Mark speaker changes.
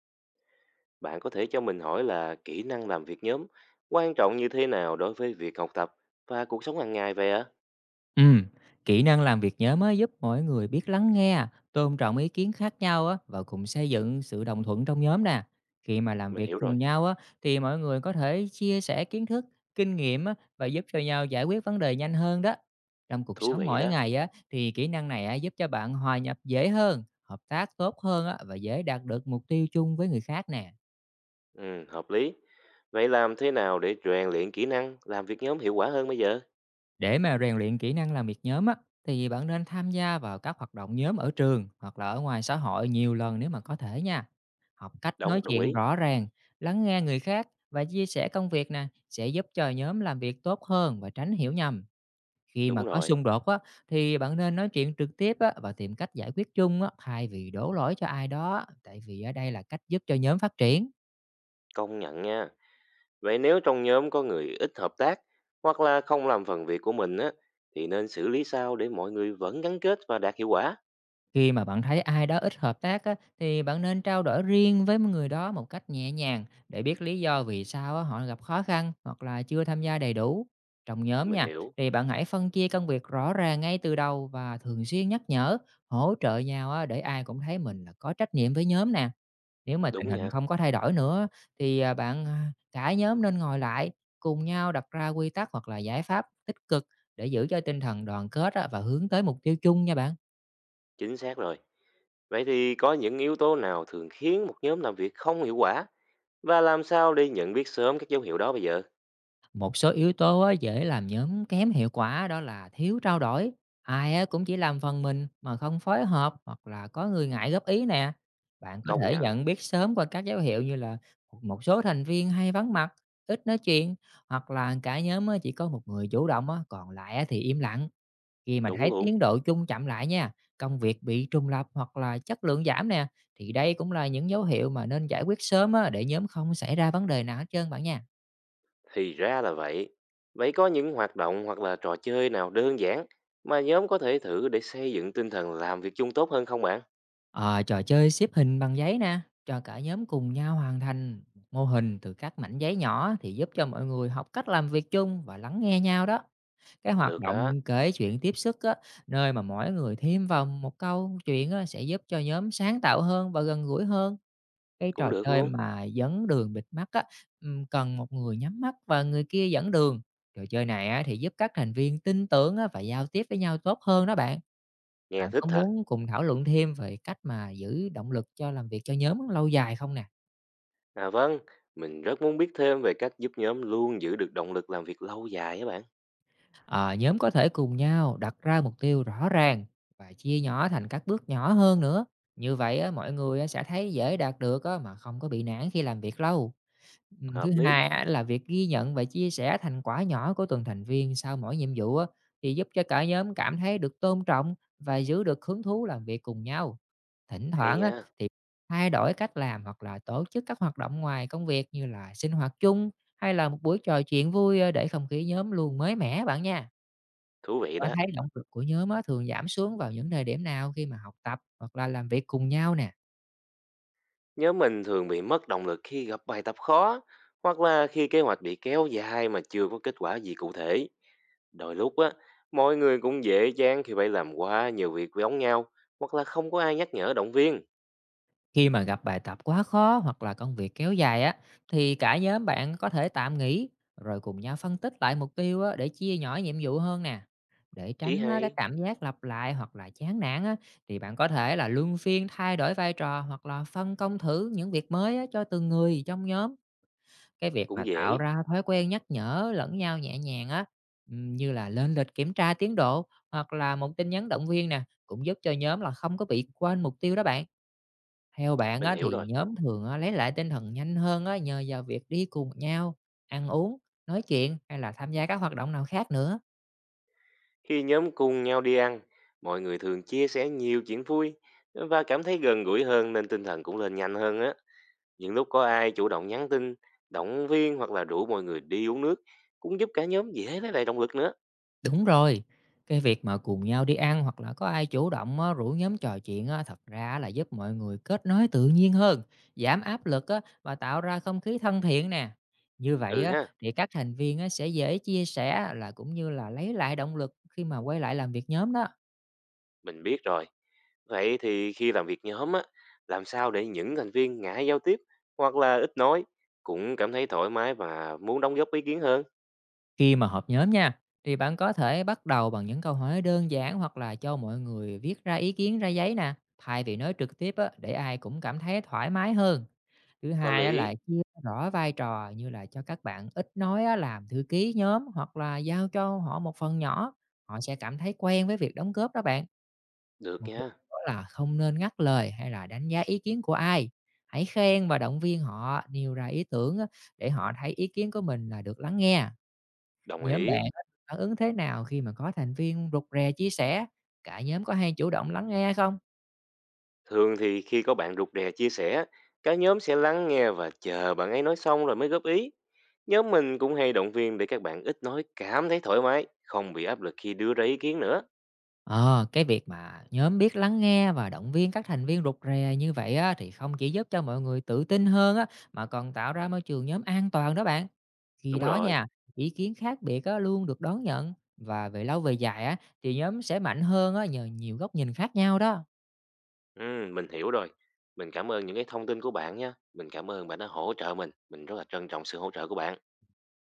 Speaker 1: Bạn có thể cho mình hỏi là kỹ năng làm việc nhóm quan trọng như thế nào đối với việc học tập và cuộc sống hàng ngày vậy ạ?
Speaker 2: Ừm, kỹ năng làm việc nhóm á, giúp mỗi người biết lắng nghe, tôn trọng ý kiến khác nhau á, và cùng xây dựng sự đồng thuận trong nhóm nè. Khi mà làm
Speaker 1: Mình
Speaker 2: việc
Speaker 1: hiểu
Speaker 2: cùng
Speaker 1: rồi,
Speaker 2: nhau á, thì mọi người có thể chia sẻ kiến thức, kinh nghiệm á, và giúp cho nhau giải quyết vấn đề nhanh hơn đó. Trong cuộc
Speaker 1: thú
Speaker 2: sống
Speaker 1: vị
Speaker 2: mỗi
Speaker 1: đó.
Speaker 2: ngày á, thì kỹ năng này á, giúp cho bạn hòa nhập dễ hơn, hợp tác tốt hơn á, và dễ đạt được mục tiêu chung với người khác nè.
Speaker 1: Ừ, hợp lý. Vậy làm thế nào để rèn luyện kỹ năng làm việc nhóm hiệu quả hơn bây giờ?
Speaker 2: Để mà rèn luyện kỹ năng làm việc nhóm á, thì bạn nên tham gia vào các hoạt động nhóm ở trường hoặc là ở ngoài xã hội nhiều lần nếu mà có thể nha. Học cách nói
Speaker 1: Đúng, đồng
Speaker 2: chuyện
Speaker 1: ý.
Speaker 2: rõ ràng, lắng nghe người khác và chia sẻ công việc nè sẽ giúp cho nhóm làm việc tốt hơn và tránh hiểu nhầm. Khi mà
Speaker 1: Đúng
Speaker 2: có
Speaker 1: rồi,
Speaker 2: xung đột á, thì bạn nên nói chuyện trực tiếp á, và tìm cách giải quyết chung á, thay vì đổ lỗi cho ai đó, tại vì ở đây là cách giúp cho nhóm phát triển.
Speaker 1: công nhận nha. Vậy nếu trong nhóm có người ít hợp tác hoặc là không làm phần việc của mình á, thì nên xử lý sao để mọi người vẫn gắn kết và đạt hiệu quả?
Speaker 2: Khi mà bạn thấy ai đó ít hợp tác á, thì bạn nên trao đổi riêng với người đó một cách nhẹ nhàng để biết lý do vì sao á, họ gặp khó khăn hoặc là chưa tham gia đầy đủ. Trong nhóm
Speaker 1: Mình
Speaker 2: nha,
Speaker 1: hiểu,
Speaker 2: thì bạn hãy phân chia công việc rõ ràng ngay từ đầu và thường xuyên nhắc nhở, hỗ trợ nhau á, để ai cũng thấy mình là có trách nhiệm với nhóm nè. Nếu mà tình
Speaker 1: đúng
Speaker 2: hình
Speaker 1: nha.
Speaker 2: không có thay đổi nữa thì cả nhóm nên ngồi lại cùng nhau đặt ra quy tắc hoặc là giải pháp tích cực để giữ cho tinh thần đoàn kết á, và hướng tới mục tiêu chung nha bạn.
Speaker 1: Chính xác rồi. Vậy thì có những yếu tố nào thường khiến một nhóm làm việc không hiệu quả và làm sao để nhận biết sớm các dấu hiệu đó bây giờ?
Speaker 2: Một số yếu tố á, dễ làm nhóm kém hiệu quả đó là thiếu trao đổi, ai á, cũng chỉ làm phần mình mà không phối hợp hoặc là có người ngại góp ý nè. Bạn có
Speaker 1: Công
Speaker 2: thể
Speaker 1: nhận,
Speaker 2: nhận biết sớm qua các dấu hiệu như là một số thành viên hay vắng mặt, ít nói chuyện hoặc là cả nhóm á, chỉ có một người chủ động á, còn lại á, thì im lặng. Khi mà
Speaker 1: đúng
Speaker 2: thấy
Speaker 1: luôn,
Speaker 2: tiến độ chung chậm lại nha, công việc bị trùng lập hoặc là chất lượng giảm nè, thì đây cũng là những dấu hiệu mà nên giải quyết sớm á, để nhóm không xảy ra vấn đề nào hết trơn bạn nha.
Speaker 1: thì ra là vậy. Vậy có những hoạt động hoặc là trò chơi nào đơn giản mà nhóm có thể thử để xây dựng tinh thần làm việc chung tốt hơn không bạn?
Speaker 2: Ờ, trò chơi xếp hình bằng giấy nè, cho cả nhóm cùng nhau hoàn thành một mô hình từ các mảnh giấy nhỏ thì giúp cho mọi người học cách làm việc chung và lắng nghe nhau đó. Cái hoạt
Speaker 1: Được đó,
Speaker 2: động kể chuyện tiếp sức á, nơi mà mỗi người thêm vào một câu chuyện á, sẽ giúp cho nhóm sáng tạo hơn và gần gũi hơn. Cái
Speaker 1: cũng
Speaker 2: trò
Speaker 1: được
Speaker 2: chơi
Speaker 1: luôn.
Speaker 2: mà dẫn đường bịt mắt á, cần một người nhắm mắt và người kia dẫn đường. Trò chơi này á, thì giúp các thành viên tin tưởng á, và giao tiếp với nhau tốt hơn đó bạn.
Speaker 1: Nghe
Speaker 2: Bạn
Speaker 1: thích
Speaker 2: có
Speaker 1: thật.
Speaker 2: muốn cùng thảo luận thêm về cách mà giữ động lực cho làm việc cho nhóm lâu dài không nè?
Speaker 1: À vâng, mình rất muốn biết thêm về cách giúp nhóm luôn giữ được động lực làm việc lâu dài á bạn.
Speaker 2: Ờ, nhóm có thể cùng nhau đặt ra mục tiêu rõ ràng và chia nhỏ thành các bước nhỏ hơn nữa. Như vậy á, mọi người á, sẽ thấy dễ đạt được á, mà không có bị nản khi làm việc lâu.
Speaker 1: Hợp
Speaker 2: Thứ
Speaker 1: lý,
Speaker 2: hai á là việc ghi nhận và chia sẻ thành quả nhỏ của từng thành viên sau mỗi nhiệm vụ á, thì giúp cho cả nhóm cảm thấy được tôn trọng và giữ được hứng thú làm việc cùng nhau. Thỉnh
Speaker 1: hay
Speaker 2: thoảng á,
Speaker 1: nha,
Speaker 2: thì thay đổi cách làm hoặc là tổ chức các hoạt động ngoài công việc như là sinh hoạt chung hay là một buổi trò chuyện vui để không khí nhóm luôn mới mẻ bạn nha.
Speaker 1: thú vị
Speaker 2: Có
Speaker 1: đó.
Speaker 2: thấy động lực của nhóm á, thường giảm xuống vào những thời điểm nào khi mà học tập hoặc là làm việc cùng nhau nè?
Speaker 1: Nhóm mình thường bị mất động lực khi gặp bài tập khó hoặc là khi kế hoạch bị kéo dài mà chưa có kết quả gì cụ thể. Đôi lúc á, mọi người cũng dễ chán khi phải làm quá nhiều việc giống nhau hoặc là không có ai nhắc nhở động viên.
Speaker 2: Khi mà gặp bài tập quá khó hoặc là công việc kéo dài á, thì cả nhóm bạn có thể tạm nghỉ rồi cùng nhau phân tích lại mục tiêu á, để chia nhỏ nhiệm vụ hơn nè. Để
Speaker 1: Ý
Speaker 2: tránh á, cái
Speaker 1: hay,
Speaker 2: cảm giác lặp lại hoặc là chán nản á, thì bạn có thể là luân phiên thay đổi vai trò hoặc là phân công thử những việc mới á, cho từng người trong nhóm. Cái việc mà
Speaker 1: cũng
Speaker 2: tạo
Speaker 1: dễ,
Speaker 2: ra thói quen nhắc nhở lẫn nhau nhẹ nhàng á, như là lên lịch kiểm tra tiến độ hoặc là một tin nhắn động viên nè, cũng giúp cho nhóm là không có bị quên mục tiêu đó bạn. Theo bạn
Speaker 1: mình
Speaker 2: á,
Speaker 1: hiểu
Speaker 2: thì
Speaker 1: rồi.
Speaker 2: nhóm thường á, lấy lại tinh thần nhanh hơn á, nhờ vào việc đi cùng nhau, ăn uống, nói chuyện hay là tham gia các hoạt động nào khác nữa.
Speaker 1: Khi nhóm cùng nhau đi ăn, mọi người thường chia sẻ nhiều chuyện vui và cảm thấy gần gũi hơn nên tinh thần cũng lên nhanh hơn á. Những lúc có ai chủ động nhắn tin, động viên hoặc là rủ mọi người đi uống nước cũng giúp cả nhóm dễ lấy lại động lực nữa.
Speaker 2: Đúng rồi, cái việc mà cùng nhau đi ăn hoặc là có ai chủ động á, rủ nhóm trò chuyện á, thật ra là giúp mọi người kết nối tự nhiên hơn, giảm áp lực á, và tạo ra không khí thân thiện nè. Như vậy
Speaker 1: Ừ
Speaker 2: á,
Speaker 1: ha.
Speaker 2: thì các thành viên á, sẽ dễ chia sẻ là cũng như là lấy lại động lực khi mà quay lại làm việc nhóm đó.
Speaker 1: Mình biết rồi. Vậy thì khi làm việc nhóm á, làm sao để những thành viên ngại giao tiếp hoặc là ít nói cũng cảm thấy thoải mái và muốn đóng góp ý kiến hơn?
Speaker 2: Khi mà họp nhóm nha, thì bạn có thể bắt đầu bằng những câu hỏi đơn giản hoặc là cho mọi người viết ra ý kiến ra giấy nè, thay vì nói trực tiếp á, để ai cũng cảm thấy thoải mái hơn. Thứ
Speaker 1: Có
Speaker 2: hai á,
Speaker 1: lý.
Speaker 2: là chia rõ vai trò như là cho các bạn ít nói á, làm thư ký nhóm hoặc là giao cho họ một phần nhỏ. Họ sẽ cảm thấy quen với việc đóng góp đó bạn.
Speaker 1: Được
Speaker 2: Mục đích
Speaker 1: nha,
Speaker 2: đó là không nên ngắt lời hay là đánh giá ý kiến của ai. Hãy khen và động viên họ nêu ra ý tưởng á, để họ thấy ý kiến của mình là được lắng nghe.
Speaker 1: đồng
Speaker 2: Nhóm
Speaker 1: ý.
Speaker 2: bạn á phản ứng thế nào khi mà có thành viên rụt rè chia sẻ? Cả nhóm có hay chủ động lắng nghe không?
Speaker 1: Thường thì khi có bạn rụt rè chia sẻ, cả nhóm sẽ lắng nghe và chờ bạn ấy nói xong rồi mới góp ý. Nhóm mình cũng hay động viên để các bạn ít nói cảm thấy thoải mái, không bị áp lực khi đưa ra ý kiến nữa.
Speaker 2: Ờ, cái việc mà nhóm biết lắng nghe và động viên các thành viên rụt rè như vậy á, thì không chỉ giúp cho mọi người tự tin hơn á, mà còn tạo ra môi trường nhóm an toàn đó bạn. Khi
Speaker 1: Đúng
Speaker 2: đó
Speaker 1: rồi.
Speaker 2: nha, ý kiến khác biệt á, luôn được đón nhận và về lâu về dài á, thì nhóm sẽ mạnh hơn á, nhờ nhiều góc nhìn khác nhau đó.
Speaker 1: Mình hiểu rồi. Mình cảm ơn những cái thông tin của bạn nhé. Mình cảm ơn bạn đã hỗ trợ mình. Mình rất là trân trọng sự hỗ trợ của bạn.